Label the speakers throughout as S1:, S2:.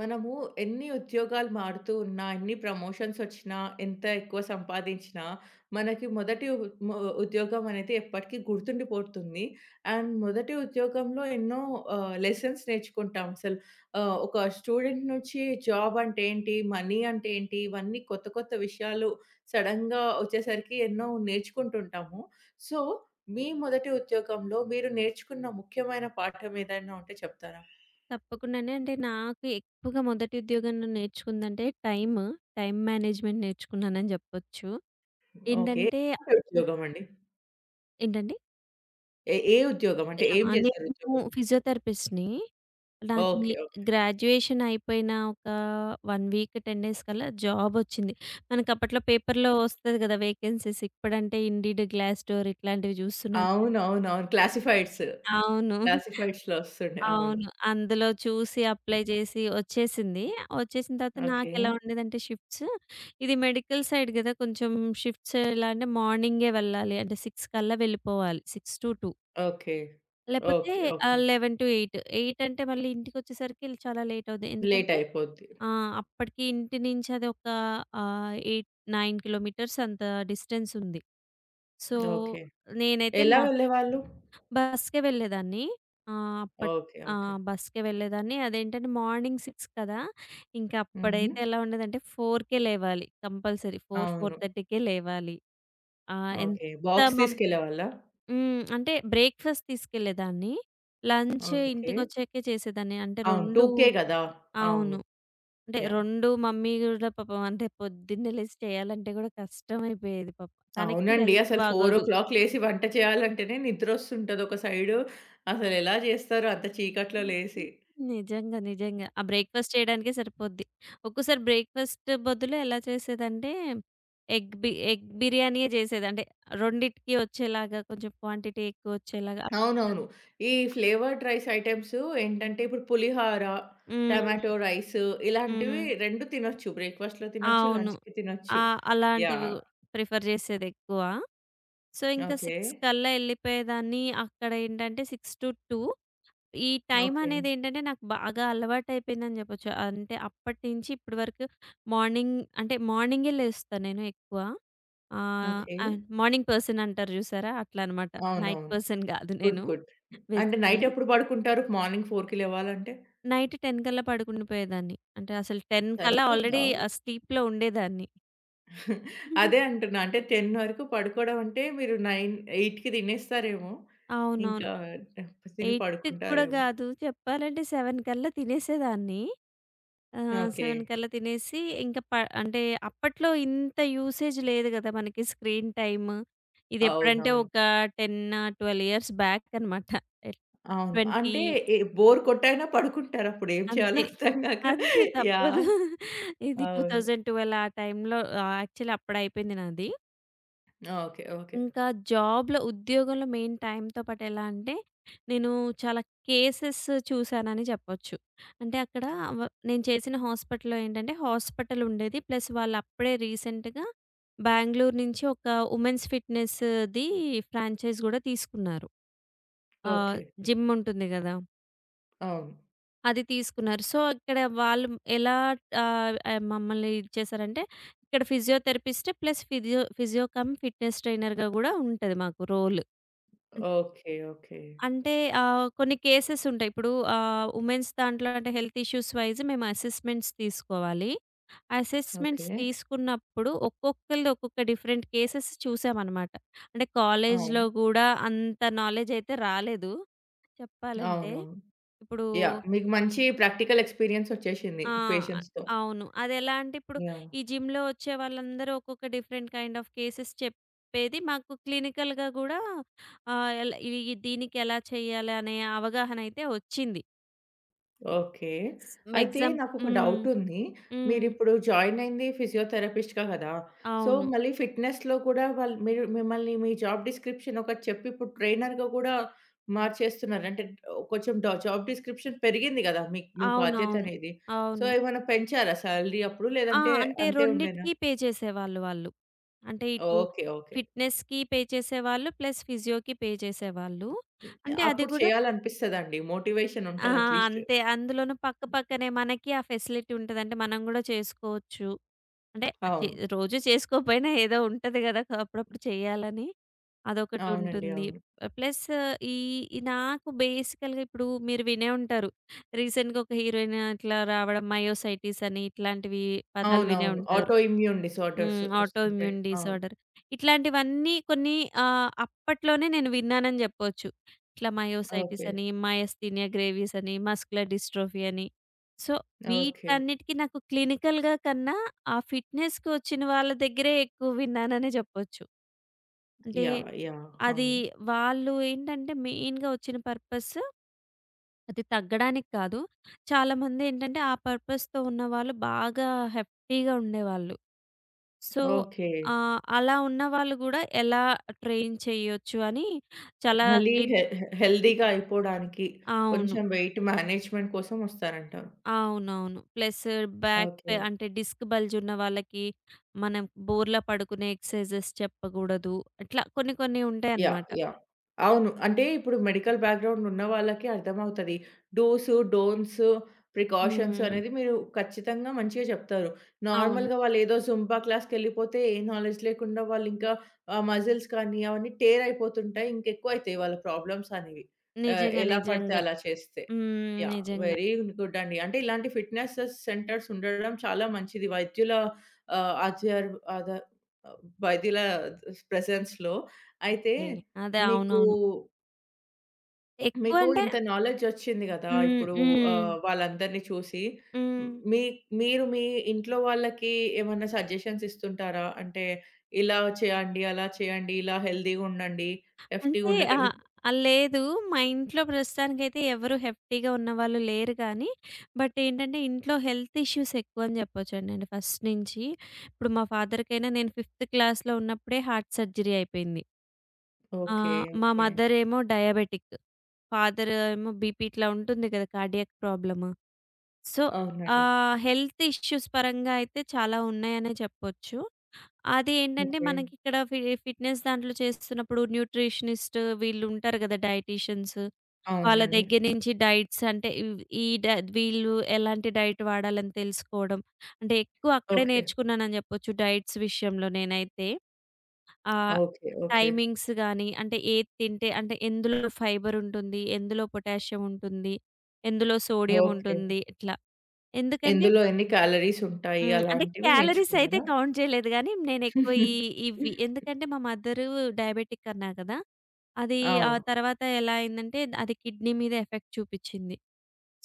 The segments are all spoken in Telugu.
S1: మనము ఎన్ని ఉద్యోగాలు మారుతూ ఉన్నా, ఎన్ని ప్రమోషన్స్ వచ్చినా, ఎంత ఎక్కువ సంపాదించినా, మనకి మొదటి ఉ మో ఉద్యోగం అనేది ఎప్పటికీ గుర్తుండిపోతుంది. అండ్ మొదటి ఉద్యోగంలో ఎన్నో లెసన్స్ నేర్చుకుంటాం అసలు. ఒక స్టూడెంట్ నుంచి జాబ్ అంటే ఏంటి? మనీ అంటే ఏంటి? ఇవన్నీ కొత్త కొత్త విషయాలు సడెన్‌గా వచ్చేసరికి ఎన్నో నేర్చుకుంటుంటాము. సో, మీ మొదటి ఉద్యోగంలో మీరు నేర్చుకున్న ముఖ్యమైన పాఠం ఏదైనా ఉంటే చెప్తారా?
S2: తప్పకుండానే. అంటే నాకు ఎక్కువగా మొదటి ఉద్యోగంలో నేర్చుకుందంటే టైమ్ మేనేజ్‌మెంట్ నేర్చుకున్నానని జెప్పొచ్చు.
S1: ఓకే.
S2: ఏంటంటే
S1: ఎలాంటి ఉద్యోగం అండి?
S2: ఏంటండి?
S1: ఏ ఏ ఉద్యోగం? అంటే ఏం
S2: యాహ్!
S1: చేశారు
S2: నేను
S1: ఉద్యోగం?
S2: ఫిజియోథెరపిస్ట్‌ని. నాది
S1: ఓకే. ఓకే.
S2: గ్రాడ్యుయేషన్ అయిపోయిన ఒక 1 వీక్, 10 డేస్ కల్లా జాబ్ వచ్చింది. మనకు అప్పట్లో పేపర్‌లో వస్తది గదా! వేకెన్సీస్. ఇప్పుడంటే ఇండీడ్, గ్లాస్‌డోర్ ఇట్లాంటివి జూస్తున్నాం.
S1: అవునవునవును. క్లాసిఫైడ్స్.
S2: అవును.
S1: క్లాసిఫైడ్స్‌లో వస్తుండే. అవును.
S2: అవును. అందులో చూసి అప్లై చేసి వచ్చేసింది. వచ్చేసిన తర్వాత
S1: ఓకే.
S2: నాకెలా ఉండేదంటే షిఫ్ట్స్, ఇది మెడికల్ సైడ్ గదా! కొంచెం షిఫ్ట్స్ ఎలా అంటే మార్నింగే వెళ్ళాలి. అంటే 6 కల్లా వెళ్ళిపోవాలి. 6-2
S1: ఓకే.
S2: లేపోతే
S1: ఓకే. ఓకే.
S2: 11-8. 8 అంటే మళ్ళీ ఇంటికొచ్చేసరికి చాలా లేట్ అవుద్ది.
S1: లేట్
S2: ఎందుకంటే
S1: అయిపోద్ది.
S2: అప్పటికి ఇంటి నుంచి అది 8, 9 కిలోమీటర్స్ అంత డిస్టెన్స్ ఉంది. So,
S1: okay.
S2: నేనైతే
S1: ఎలా
S2: మా
S1: వెళ్ళేవాళ్ళు?
S2: బస్‌కే వెళ్ళేదాన్ని. ఆహ్, అప్పట్
S1: ఓకే.
S2: ఆ!
S1: ఓకే.
S2: బస్‌కే వెళ్ళేదాన్ని. అదేంటంటే మార్నింగ్ 6 కదా! ఇంకా
S1: హుహు.
S2: అప్పుడైతే ఎలా ఉండేదంటే 4కే లేవాలి. కంపల్సరీ 4,
S1: అవును.
S2: 4:30కే లేవాలి. ఆహ్,
S1: ఓకే.
S2: ఎంత
S1: బాక్స్
S2: మం
S1: తీసుకెళ్ళేవాళ్ళా?
S2: హ్మ్. అంటే బ్రేక్‌ఫాస్ట్ తీసుకెళ్ళేదాన్ని. Lunch
S1: okay.
S2: ఇంటికొచ్చాకే చేసేదాన్ని. అంటే
S1: అవును.
S2: 2.
S1: 2కే కదా! అవును.
S2: అవును. అంటే
S1: యాహ్!
S2: 2 మమ్మీ గూడా పాపం. అంటే పొద్దున్నే లేసి చేయాలంటే గూడా కష్టమైపోయేది పాపం. తనకి
S1: అవునండి.
S2: హెల్త్
S1: అసలు
S2: బాగోదు.
S1: 4:00 లేసి వంట చేయాలంటేనే నిద్రొస్తుంటది ఒక సైడు. అసలెలా చేస్తారో అంత చీకట్లో లేసి.
S2: నిజంగా. నిజంగా. ఆ బ్రేక్‌ఫాస్ట్ చేయడానికే సరిపోద్ది. ఒక్కోసారి బ్రేక్‌ఫాస్ట్ బదులు ఎలా చేసేదంటే ఎగ్ బిర్యానీయే చేసేది. అంటే రెండిటికి వచ్చేలాగా కొంచెం క్వాంటిటీ ఎక్కువొచ్చేలాగా అట్లా కూడా.
S1: అవునవును. ఈ ఫ్లేవర్డ్ రైస్ ఐటెమ్స్ ఏంటంటే ఇప్పుడు పులిహార,
S2: హ్మ్.
S1: టమాటో రైస్
S2: హ్మ్.
S1: ఇలాంటివి 2 తినొచ్చు. బ్రేక్‌ఫాస్ట్‌లో తినొచ్చు,
S2: అవును.
S1: లంచ్‌కి
S2: ఆ!
S1: తినొచ్చు.
S2: అలాంటివి
S1: యాహ్!
S2: ప్రిఫర్ చేసేదెక్కువ. సో, ఇంకా 6
S1: ఓకే.
S2: కల్లా ఎళ్ళిపోయేదాన్ని. అక్కడ ఏంటంటే 6-2. ఈ
S1: ఓకే.
S2: టైమనేదేంటంటే, నాకు బాగా అలవాటయిపోయిందని జెప్పొచ్చు. అంటే, అప్పటినుంచి ఇప్పటి వరకు మార్నింగ్ అంటే, మార్నింగే లేస్తా నేను ఎక్కువ.
S1: ఓకే.
S2: అండ్ మార్నింగ్ పర్సన్ అంటారు జూసారా? అట్లా అనమాట. నైట్
S1: అవునవును.
S2: పర్సన్ గాదు
S1: గుడ్.
S2: నేను
S1: గుడ్. అంటే నైట్
S2: బేసికల్లీ.
S1: ఎప్పుడు పడుకుంటారు? మార్నింగ్ 4కి లేవాలంటే?
S2: నైట్ 10 కల్లా పడుకుండిపోయేదాన్ని. అంటే, అసలు 10 కల్లా ఆల్రెడీ
S1: సరిపోద్దా?
S2: ఆ స్లీప్‌లో ఉండేదాన్ని.
S1: అదే అంటున్నా. అంటే 10 వరకు పడుకోవడం అంటే మీరు 9, 8కి తినేస్తారేమో.
S2: అవునవును.
S1: ఇంకా తిని
S2: 8 కూడా
S1: పడుకుంటారేమో.
S2: గాదు చెప్పాలంటే 7 కల్లా తినేసేదాన్ని. ఆ!
S1: ఓకే.
S2: 7 కల్లా తినేసి ఇంక ప అంటే అప్పట్లో ఇంత యూసేజ్ లేదు గదా! మనకి స్క్రీన్ టైమ్. ఇదెప్పుడంటే
S1: అవునవును.
S2: ఒక 10, 12 ఇయర్స్ బ్యాక్ అనమాట.
S1: అవును.
S2: 20.
S1: అంటే ఎ బోర్ కొట్టైనా పడుకుంటారప్పుడు ఏం చేయాలో
S2: అంతే.
S1: అర్థం గాక.
S2: అంతే
S1: యాహ్!
S2: తప్పదు. ఇది
S1: అవును.
S2: 2012 ఆ టైంలో, యాక్చువల్లీ అప్పుడయిపోయింది నాది.
S1: ఓకే. ఓకే.
S2: ఇంకా ఉద్యోగంలో మెయిన్ టైమ్‌తో పాటు ఎలా అంటే, నేను చాలా కేసెస్ చూసానని చెప్పొచ్చు. అంటే అక్కడ వ నేను చేసిన హాస్పిటల్‌లో ఏంటంటే, హాస్పిటల్ ఉండేది. ప్లస్ వాళ్ళు అప్పుడే రీసెంట్‌గా బెంగుళూరు నుంచి ఒక ఉమెన్స్ ఫిట్‌నెస్‌ది ఫ్రాంచైజ్ గూడా తీసుకున్నారు. ఆహ్,
S1: ఓకే.
S2: జిమ్ ఉంటుంది గదా!
S1: అవును.
S2: అది తీసుకున్నారు. సో, ఇక్కడ వాళ్ళు ఎలా మమ్మల్ని ఇది చేశారంటే, ఇక్కడ physiotherapist plus physio physio come fitness ట్రైనర్‌గా గూడా ఉంటది మాకు రోల్.
S1: ఓకే. ఓకే.
S2: అంటే కొన్ని కేసెస్ ఉంటాయి. ఇప్పుడు వుమెన్స్ దాంట్లో అంటే హెల్త్ ఇష్యూస్ వైస్ మేము అసెస్మెంట్స్ తీసుకోవాలి. Assessments
S1: okay.
S2: తీసుకున్నప్పుడు ఒక్కొక్కళ్ళది ఒక్కొక్క డిఫరెంట్ కేసెస్ చూసామనమాట. అంటే కాలేజ్‌లో
S1: అవును.
S2: గూడా అంత నాలెడ్జ్ అయితే రాలేదు చెప్పాలంటే.
S1: అవునవును.
S2: ఇప్పుడు
S1: యాహ్! మీకు మంచి ప్రాక్టికల్ ఎక్స్‌పీరియన్స్ ఒచ్చేసింది
S2: ఆ!
S1: పేషెంట్స్‌తో.
S2: అవును. అదెలా అంటే ఇప్పుడు
S1: యాహ్!
S2: ఈ జిమ్‌లో వచ్చే వాళ్ళందరూ ఒక్కొక్క డిఫరెంట్ కైండ్ ఆఫ్ కేసెస్ చెప్పేది మాకు క్లినికల్‌గా గూడా. ఎలా ఇవి దీనికి ఎలా చేయాలి అనే అవగాహన అయితే వచ్చింది.
S1: ఓకే. అయితే
S2: ఎగ్జామ్.
S1: నాకొక
S2: హ్మ్.
S1: డౌటుంది.
S2: హ్మ్.
S1: మీరిప్పుడు జాయిన్ అయింది ఫిజియోథెరపిస్ట్‌గా గదా! సో,
S2: అవును.
S1: మళ్ళీ ఫిట్‌నెస్‌లో కూడా వాళ్ళు మీరు మిమ్మల్ని మీ జాబ్ డిస్క్రిప్షన్ ఒకటి చెప్పి ఇప్పుడు ట్రైనర్‌గా గూడా మార్చేస్తున్నారు. అంటే కొంచెం జాబ్ డిస్క్రిప్షన్ పెరిగింది గదా! మీ మీ బాధ్యత
S2: అవునవును.
S1: అనేది. సో,
S2: అవును.
S1: ఏమైనా పెంచారా సాలరీ అప్పుడు? లేదంటే
S2: అంటే
S1: అంతే ఉండేనా?
S2: రెండిటికి పే చేసేవాళ్ళు వాళ్ళు. అంటే ఇటు
S1: ఓకే. ఓకే.
S2: ఫిట్‌నెస్‌కి పే చేసేవాళ్ళు, ప్లస్ ఫిజియోకి పే చేసేవాళ్ళు. అంటే అది
S1: అప్పుడు
S2: కూడా.
S1: చేయాలనిపిస్తదండి. మోటివేషన్
S2: ఆ!
S1: ఉంటది అట్‌లీస్ట్.
S2: అంతే. అందులోనూ పక్క పక్కనే మనకి ఆ ఫెసిలిటీ ఉంటది. అంటే మనం గూడా చేసుకోవచ్చు. అంటే చే
S1: అవును.
S2: రోజు చేసుకోకపోయినా ఏదో ఉంటది గదా! అప్పుడప్పుడు చేయాలని. అదొకటి
S1: అవునండి.
S2: ఉంటుంది.
S1: అవును.
S2: ప్లస్ ఈ ఈ నాకు బేసికల్‌గా ఇప్పుడు మీరు వినే ఉంటారు. రీసెంట్‌గా ఒక హీరోయిన్ అట్లా రావడం మయోసైటిస్ అని ఇట్లాంటివి పదాలు వినే
S1: అవునవును.
S2: ఉంటారు.
S1: ఆటో ఇమ్యూన్ డిసార్డర్స్
S2: హ్మ్. ఆటో
S1: ఒస్తుంటాయి.
S2: ఇమ్యూన్
S1: అవును.
S2: డిసార్డర్. ఇట్లాంటివన్నీ కొన్ని అప్పట్లోనే నేను విన్నానని జెప్పొచ్చు. ఇట్లా మయోసైటిస్
S1: ఓకే.
S2: అని, మయస్థీనియా గ్రేవిస్ అని, మస్కులర్ డిస్ట్రోఫీ అని. So,
S1: okay.
S2: వీటన్నిటికి నాకు క్లినికల్‌గా కన్నా ఆ ఫిట్‌నెస్‌కి వచ్చిన వాళ్ళ దగ్గరే ఎక్కువ విన్నాననే జెప్పొచ్చు. అంటే
S1: యాహ్! యాహ్!
S2: అది
S1: అవును.
S2: వాళ్ళు ఏంటంటే మెయిన్‌గా వచ్చిన పర్పస్ అది తగ్గడానికి కాదు. చాలామందేంటంటే ఆ పర్పస్‌తో ఉన్నవాళ్ళు బాగా హెఫ్టీగా ఉండేవాళ్ళు. So,
S1: okay.
S2: అలా ఉన్నవాళ్ళు గూడా ఎలా ట్రైన్ చేయొచ్చు అని చాలా
S1: మళ్ళీ
S2: క్లిన్
S1: హె హె హెల్తీగా అయిపోడానికి
S2: అవును.
S1: కొంచెం వెయిట్ మేనేజ్‌మెంట్ కోసం ఒస్తారంటారు.
S2: అవునవును. ప్లస్ బ్యాక్ పె
S1: ఓకే.
S2: అంటే డిస్క్ బల్జ్ ఉన్న వాళ్ళకి మనం బోర్ల పడుకునే ఎక్సర్సైజెస్ చెప్పగూడదు. ఇట్లా కొన్ని కొన్ని
S1: యాహ్!
S2: ఉంటాయన్నమాట.
S1: యాహ్! అవును. అంటే ఇప్పుడు మెడికల్ బ్యాక్‌గ్రౌండ్ ఉన్న వాళ్ళకి అర్థమవుతది. డూసు, డోంట్స్, ప్రికాషన్స్
S2: హ్మ్.
S1: అనేది మీరు ఖచ్చితంగా మంచిగా చెప్తారు.
S2: అవును.
S1: నార్మల్‌గా వాళ్ళేదో జుంబా క్లాస్‌కెళ్ళిపోతే ఏ నాలెడ్జ్ లేకుండా వాళ్ళింకా ఆ మజిల్స్ కానీ అవన్నీ టేర్ అయిపోతుంటాయి. ఇంకెక్కువైతాయి వాళ్ళ ప్రాబ్లమ్స్ అనేవి.
S2: నిజంగా.
S1: ఎలా పడితే
S2: నిజంగా.
S1: అలా చేస్తే.
S2: హ్మ్.
S1: యాహ్!
S2: నిజంగా.
S1: వెరీ గుడ్ అండి. అంటే ఇలాంటి ఫిట్‌నెస్ సెంటర్స్ ఉండడం చాలా మంచిది. వైద్యుల ఆహ్, అధ్యర్ అద వైద్యుల ప్రెజెన్స్‌లో అయితే
S2: ఏ అదే.
S1: మీకు,
S2: అవునవును.
S1: మీకు
S2: ఎక్కువంటే
S1: ఇంత నాలెడ్జొచ్చింది గదా!
S2: హ్మ్.
S1: ఇప్పుడు
S2: హ్మ్.
S1: వాళ్ళందరిని చూసి.
S2: హ్మ్.
S1: మీ మీరు మీ ఇంట్లో వాళ్ళకి ఏమన్నా సజెషన్స్ ఇస్తుంటారా? అంటే ఇలా చేయండి, అలా చేయండి, ఇలా హెల్తీగుండండి, ఎఫ్టీ‌గా
S2: అంటే
S1: ఉండకండి.
S2: ఆహ్, ఆ! లేదు. మా ఇంట్లో ప్రస్తుతానికైతే ఎవరు హెఫ్టీగా ఉన్నవాళ్ళు లేరు కానీ, బట్ ఏంటంటే ఇంట్లో హెల్త్ ఇష్యూస్ ఎక్కువని చెప్పొచ్చండి. అంటే ఫస్ట్ నుంచి. ఇప్పుడు మా ఫాదర్‌కైనా నేను ఫిఫ్త్ క్లాస్‌లో ఉన్నప్పుడే హార్ట్ సర్జరీ అయిపోయింది.
S1: ఓకే.
S2: మా
S1: ఓకే.
S2: మదర్ ఏమో డయాబెటిక్. ఫాదర్ ఏమో బీపీ ఇట్లా ఉంటుంది కదా! Cardiac problem. సో,
S1: అవునండి.
S2: హెల్త్ ఇష్యూస్ పరంగా అయితే చాలా ఉన్నాయనే చెప్పొచ్చు. అది ఏంటంటే
S1: ఓకే.
S2: మనకిక్కడ ఫిట్‌నెస్ దాంట్లో చేస్తున్నప్పుడు న్యూట్రిషనిస్ట్ వీళ్ళుంటారు కదా! డైటీషియన్స్. వాళ్ళ
S1: అవునండి.
S2: దగ్గర నుంచి డైట్స్ అంటే ఇవ్ ఈ డ వీళ్ళు ఎలాంటి డైట్ వాడాలని తెలుసుకోవడం. అంటే ఎక్కువ అక్కడే
S1: ఓకే.
S2: నేర్చుకున్నానని చెప్పొచ్చు డైట్స్ విషయంలో నేనైతే. ఆహ్,
S1: ఓకే. ఓకే.
S2: టైమింగ్స్ గానీ, అంటే ఏది తింటే అంటే ఎందులో ఫైబర్ ఉంటుంది, ఎందులో పొటాషియం ఉంటుంది, ఎందులో సోడియం
S1: ఓకే.
S2: ఉంటుంది ఇట్లా. ఎందుకంటే
S1: ఎందులో ఎన్ని క్యాలరీస్ ఉంటాయి
S2: హ్మ్. అంటే
S1: అలాంటివి
S2: క్యాలరీస్ అయితే
S1: నేర్చుకున్నారా?
S2: కౌంట్ చేయలేదు గానీ, నేనెక్కువ ఇవి ఎందుకంటే మా మదరు డయాబెటిక్ అన్నా కదా! అది ఆ
S1: అవును.
S2: తర్వాత ఎలా అయిందంటే అది కిడ్నీ మీద ఎఫెక్ట్ చూపిచ్చింది.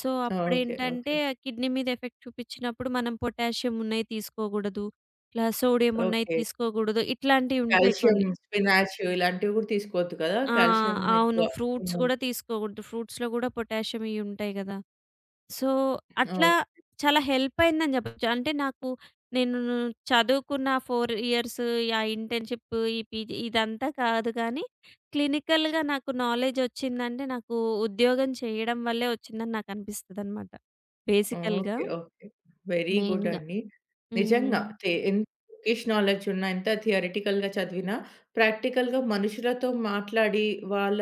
S2: So,
S1: okay. ఓకే.
S2: అప్పుడేంటంటే కిడ్నీ మీద ఎఫెక్ట్ చూపిచ్చినప్పుడు మనం పొటాషియం ఉన్నయి తీసుకోగూడదు. ఇట్లా సోడియం ఉన్నయి
S1: ఓకే.
S2: తీసుకోగూడదు. ఇట్లాంటియి ఉంటాయి
S1: కాల్షియం,
S2: కొన్ని.
S1: స్పినాచ్ ఇలాంటివి గూడా తీసుకోవద్దు కదా!
S2: ఆ!
S1: కాల్షియం
S2: అవును.
S1: ఎక్కువ.
S2: ఫ్రూట్స్
S1: హ్మ్.
S2: గూడా తీసుకోకూడదు. ఫ్రూట్స్‌లో గూడా పొటాషియం ఇయి ఉంటాయి గదా! సో, అట్లా
S1: ఓహ్!
S2: చాలా హెల్ప్ అయిందని జెప్పొచ్చు. అంటే నేను చదువుకున్న 4 ఇయర్స్, ఆ ఇంటర్న్‌షిప్, ఈ పీజీ ఇదంతా కాదు కానీ, క్లినికల్‌గా నాకు నాలెడ్జ్ ఒచ్చిందంటే నాకు ఉద్యోగం చేయడం వల్లే ఒచ్చిందని నాకనిపిస్తదనమాట. బేసికల్‌గా,
S1: ఓకే. ఓకే. వెరీ గుడ్
S2: మెయిన్‌గా.
S1: అండి.
S2: హ్మ్.
S1: నిజంగా తే ఎంత బుకిష్ నాలెడ్జ్ ఉన్నా, ఎంత థియరిటికల్‌గా చదివినా, ప్రాక్టికల్‌గా మనుషులతో మాట్లాడి, వాళ్ళ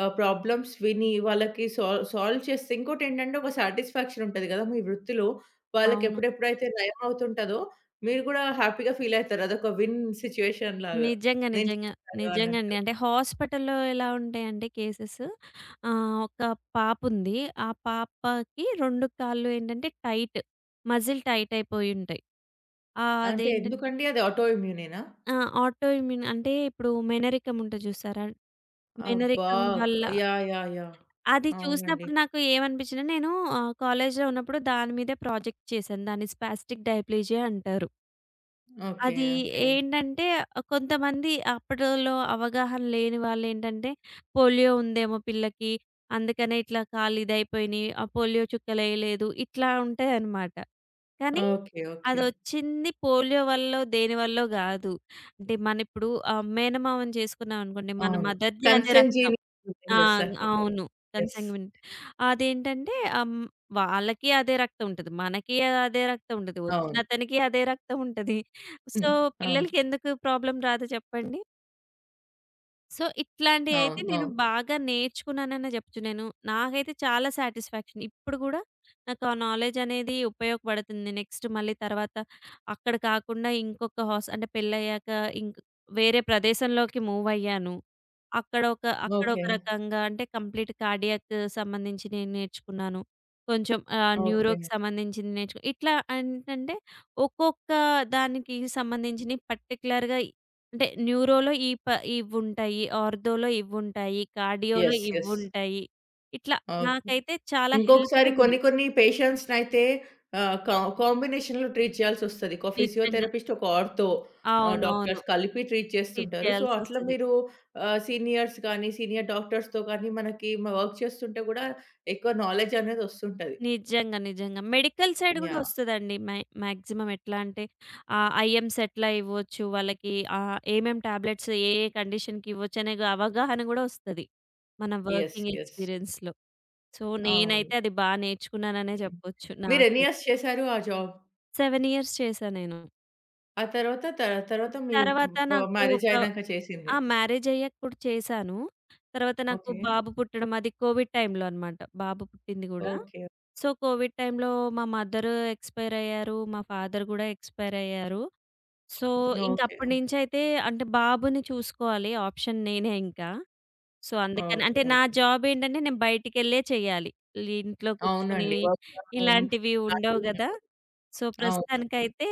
S1: ప్రాబ్లమ్స్ విని, వాళ్ళకి సాల్వ్ సాల్వ్ చేస్తే ఇంకోటేంటంటే, ఒక సాటిస్ఫాక్షన్ ఉంటది కదా! మీ వృత్తిలో. వాళ్ళకి
S2: అవును.
S1: ఎప్పుడెప్పుడైతే నయం అవుతుంటదో, మీరు గూడా హ్యాపీగా ఫీల్ అయితారు. అదొక విన్ సిట్యుయేషన్ లాగా.
S2: నిజంగా.
S1: నేను
S2: నిజంగా.
S1: చేశాను
S2: నిజంగండి.
S1: అన్నట్టు.
S2: అంటే హాస్పిటల్‌లో ఎలా ఉంటాయంటే కేసెస్. ఒక పాపుంది. ఆ పాపకి 2 కాళ్ళు ఏంటంటే టైట్. Muscle tight అయిపోయుంటాయి. ఆహ్,
S1: అంటే
S2: అదేంటంటే
S1: ఎందుకండి అది ఆటో ఇమ్యూనేనా?
S2: ఆ! అదేంటంటే ఆటో ఇమ్యూన్ అంటే ఇప్పుడు మెనరికం ఉంటది చూసారా?
S1: అబ్బా!
S2: మెనరికం వల్ల
S1: యాహ్! యాహ్! యాహ్!
S2: అది
S1: అవునండి.
S2: చూసినప్పుడు నాకు ఏమనిపించిందంటే నేను కాలేజ్‌లో ఉన్నప్పుడు దాని మీదే ప్రాజెక్ట్ చేశాను. దాన్ని స్పాస్టిక్ డైప్లీజియా అంటారు.
S1: ఓకే.
S2: అది
S1: ఓకే.
S2: ఏంటంటే ఆ కొంతమంది అప్పట్లో అవగాహన లేని వాళ్ళేంటంటే, పోలియో ఉందేమో పిల్లకి, అందుకనే ఇట్లా కాళ్ళు ఇదైపోయినియి. ఆ పోలియో చుక్కలేయలేదు. ఇట్లా ఉంటాయన్నమాట. కానీ
S1: ఓకే. ఓకే.
S2: అదొచ్చింది పోలియో వల్లో, దేని వల్లో గాదు. అంటే మనిప్పుడు మేనమామని చేసుకున్నామనుకోండి, మన
S1: అవును.
S2: మదర్‌ది అదే
S1: కన్సెంట్
S2: రక్తం.
S1: జీన్
S2: ఆ!
S1: చేస్తా అంటారు కదా!
S2: అవును.
S1: యెస్.
S2: కన్సాన్గ్యునిటీ. అదేంటంటే వాళ్ళకి అదే రక్తం ఉంటది. మనకి అదే రక్తం ఉంటది.
S1: అవును.
S2: వచ్చినతనికి అదే రక్తం ఉంటది. సో,
S1: హ్మ్. అవును.
S2: పిల్లలకెందుకు ప్రాబ్లమ్ రాదు చెప్పండి? సో, ఇట్లాంటియైతే
S1: అవును.
S2: నేను
S1: అవును.
S2: బాగా నేర్చుకున్నాననే జెప్పొచ్చు. నాకైతే చాలా సాటిస్ఫాక్షన్. ఇప్పుడు గూడా నాకు ఆ నాలెడ్జ్ అనేది ఉపయోగపడుతుంది. నెక్స్ట్ మళ్ళీ తర్వాత అక్కడ కాకుండా ఇంకొక అంటే పెళ్ళయ్యాక ఇంక్ వేరే ప్రదేశంలోకి మూవయ్యాను. అక్కడ ఒక
S1: ఓకే.
S2: రకంగా అంటే కంప్లీట్ కార్డియాక్ సంబంధించి నేను నేర్చుకున్నాను. కొంచెం
S1: ఓకే.
S2: న్యూరోకి సంబంధించింది ఇట్లా ఏంటంటే ఒక్కొక్క దానికి సంబంధించినయి పర్టిక్యులర్‌గా. అంటే న్యూరోలో ఈ ప ఇవుంటాయి. ఆర్థోలో ఇవుంటాయి. కార్డియోలో
S1: యెస్. యెస్.
S2: ఇవుంటాయి. ఇట్లా
S1: ఓకే.
S2: నాకైతే చాలా
S1: ఇంకొకసారి
S2: హెల్పయింది.
S1: కొన్ని కొన్ని పేషెంట్స్‌నైతే ఆహ్, కా కాంబినేషన్‌లో ట్రీట్ చేయాల్సొస్తది. ఒక
S2: నిజంగా.
S1: ఫిజియోథెరపిస్ట్, ఒక ఆర్థో
S2: అవునవును.
S1: డాక్టర్స్ కలిపి ట్రీట్
S2: ట్రీట్
S1: చేస్తుంటారు. సో, అట్లా
S2: చేయాల్సొస్తది.
S1: మీరు సీనియర్స్ గానీ, సీనియర్ డాక్టర్స్‌తో గానీ మనకి వర్క్ చేస్తుంటే గూడా ఎక్కువ నాలెడ్జ్ అనేది వస్తుంటది.
S2: నిజంగా. నిజంగా. మెడికల్ సైడ్ గూడా
S1: యాహ్!
S2: ఒస్తదండి. మాక్సిమం ఎట్లా అంటే ఐఎమ్స్ ఎట్లా ఇవ్వచ్చు, వాళ్ళకి ఏమేం టాబ్లెట్స్ ఏ ఏ కండిషన్‌కి ఇవ్వచ్చు అనే గా అవగాహన గూడా ఒస్తది. మన
S1: యెస్.
S2: Working
S1: yes.
S2: ఎక్స్‌పీరియన్స్‌లో. సో,
S1: అవును.
S2: నేనైతే అది నేర్చుకున్నాననే జెప్పొచ్చు.
S1: మీరు ఎన్ని ఇయర్స్ చేశారు ఆ జాబ్?
S2: 7 ఇయర్స్ చేశా నేను.
S1: ఆ తర్వాత తర్వాత
S2: ఇది
S1: మీ
S2: తర్వాత నాకు
S1: మ్యారేజ్
S2: ఒక
S1: అయినాక చేసిందే.
S2: ఆ! మ్యారేజయ్యాక కూడా చేశాను. తర్వాత నాకు
S1: ఓకే.
S2: బాబు పుట్టడం అది కోవిడ్ టైంలో అనమాట. బాబు పుట్టింది గూడా.
S1: ఓకే.
S2: సో, కోవిడ్ టైంలో మా మదర్ ఎక్స్‌పైర్ అయ్యారు. మా ఫాదర్ గూడా ఎక్స్‌పైర్ అయ్యారు. So,
S1: okay.
S2: ఇంకప్పటి నుంచయితే అంటే బాబుని చూసుకోవాలి. ఆప్షన్ నేనే ఇంకా. సో, అందుకని
S1: ఓకే.
S2: అంటే నా
S1: ఓకే.
S2: జాబేంటంటే నేను బయటికెళ్ళే చేయాలి. ఇంట్లో కూర్చొని
S1: అవునండి. వర్క్ ఫ్రమ్ హోమ్
S2: ఇలాంటివి ఉండవు
S1: లాంటివి
S2: గదా! సో,
S1: అవునవును.
S2: ప్రస్తుతానికైతే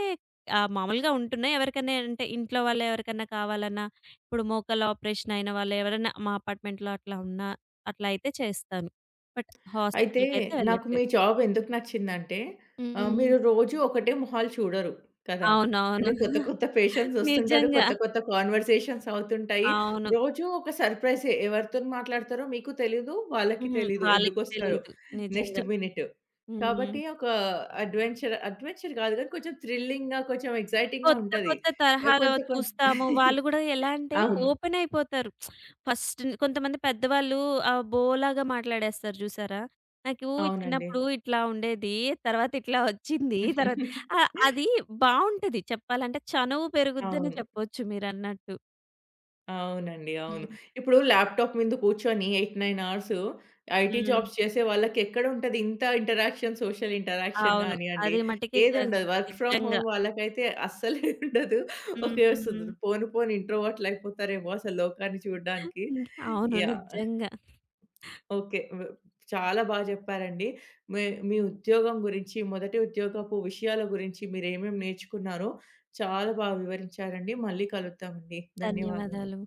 S2: మామూలుగా ఉంటున్నాయి. ఎవరికైనా అంటే ఇంట్లో వాళ్ళు ఎవరికన్నా కావాలన్నా ఇప్పుడు మోకాళ్ళ ఆపరేషన్ అయిన వాళ్ళు ఎవరైనా మా అపార్ట్మెంట్‌లో అట్లా ఉన్నా అట్లా అయితే చేస్తాను. బట్
S1: అయితే
S2: హాస్పిటల్‌కైతే
S1: నాకు మీ
S2: వెళ్ళట్లేదు.
S1: జాబ్ ఎందుకు నచ్చిందంటే
S2: హ్మ్.
S1: మీరు రోజు ఒకటే మొహాలు చూడరు కదా!
S2: అవునవును.
S1: అంటే కొత్త కొత్త పేషెంట్స్ వస్తుంటారు.
S2: నిజంగా.
S1: కొత్త కొత్త కాన్వర్సేషన్స్ అవుతుంటాయి.
S2: అవును.
S1: రోజు ఒక సర్ప్రైజే. ఎవరితోని మాట్లాడతారో మీకు తెలీదు. వాళ్ళకి
S2: హ్మ్.
S1: తెలీదు
S2: వాళ్ళకి
S1: ఎందుకొస్తారో
S2: తెలీదు.
S1: నెక్స్ట్
S2: నిజంగా.
S1: మినిట్.
S2: హ్మ్.
S1: కాబట్టి ఒక అడ్వెంచర్ అడ్వెంచర్ కాదు కానీ కొంచెం థ్రిల్లింగ్‌గా, కొంచెం ఎక్సైటింగ్‌గా
S2: కొత్త
S1: ఉంటది.
S2: కొత్త తరహాలో
S1: కొంత కొం
S2: చూస్తాము. వాళ్ళు గూడా ఎలా అంటే
S1: అవును.
S2: ఓపెన్ అయిపోతారు. ఫస్ట్ కొంతమంది పెద్దవాళ్ళు బోలాగా మాట్లాడేస్తారు జూసారా? నాకు
S1: అవునండి.
S2: చిన్నప్పుడు ఇట్లా ఉండేది. తర్వాత ఇట్లా వచ్చింది. తర్వాత ఆహ్, అది బావుంటది చెప్పాలంటే. చనువు పెరుగుద్దని
S1: అవును.
S2: చెప్పొచ్చు మీరన్నట్టు.
S1: అవునండి. అవును.
S2: హుహు.
S1: ఇప్పుడు ల్యాప్‌టాప్ మింద కూర్చొని 8, 9 అవర్స్ ఐటీ
S2: హ్మ్.
S1: జాబ్స్ చేసే వాళ్ళకెక్కడుంటది ఇంత ఇంటరాక్షన్, సోషల్ ఇంటరాక్షన్
S2: అవును.
S1: గానియండి,
S2: అది మటికి క
S1: ఏదుండదు. వర్క్ ఫ్రమ్
S2: నిజంగా.
S1: హోమ్ వాళ్ళకైతే అస్సలే ఉండదు. ఓకే.
S2: హ్మ్.
S1: వస్తది. పోను పోను ఇంట్రోవర్ట్‌లయిపోతారేమో అసలు లోకాన్ని చూడడానికి.
S2: అవును.
S1: యాహ్!
S2: నిజంగా.
S1: ఓకే. చాలా బా జెప్పారండి. మీ మీ ఉద్యోగం గురించి, మొదటి ఉద్యోగపు విషయాల గురించి మీరేమేమి నేర్చుకున్నారో చాలా బాగా వివరించారండి. మళ్ళీ కలుద్దామండి. ధన్యవాదాలు.
S2: ధన్యవాదాలు.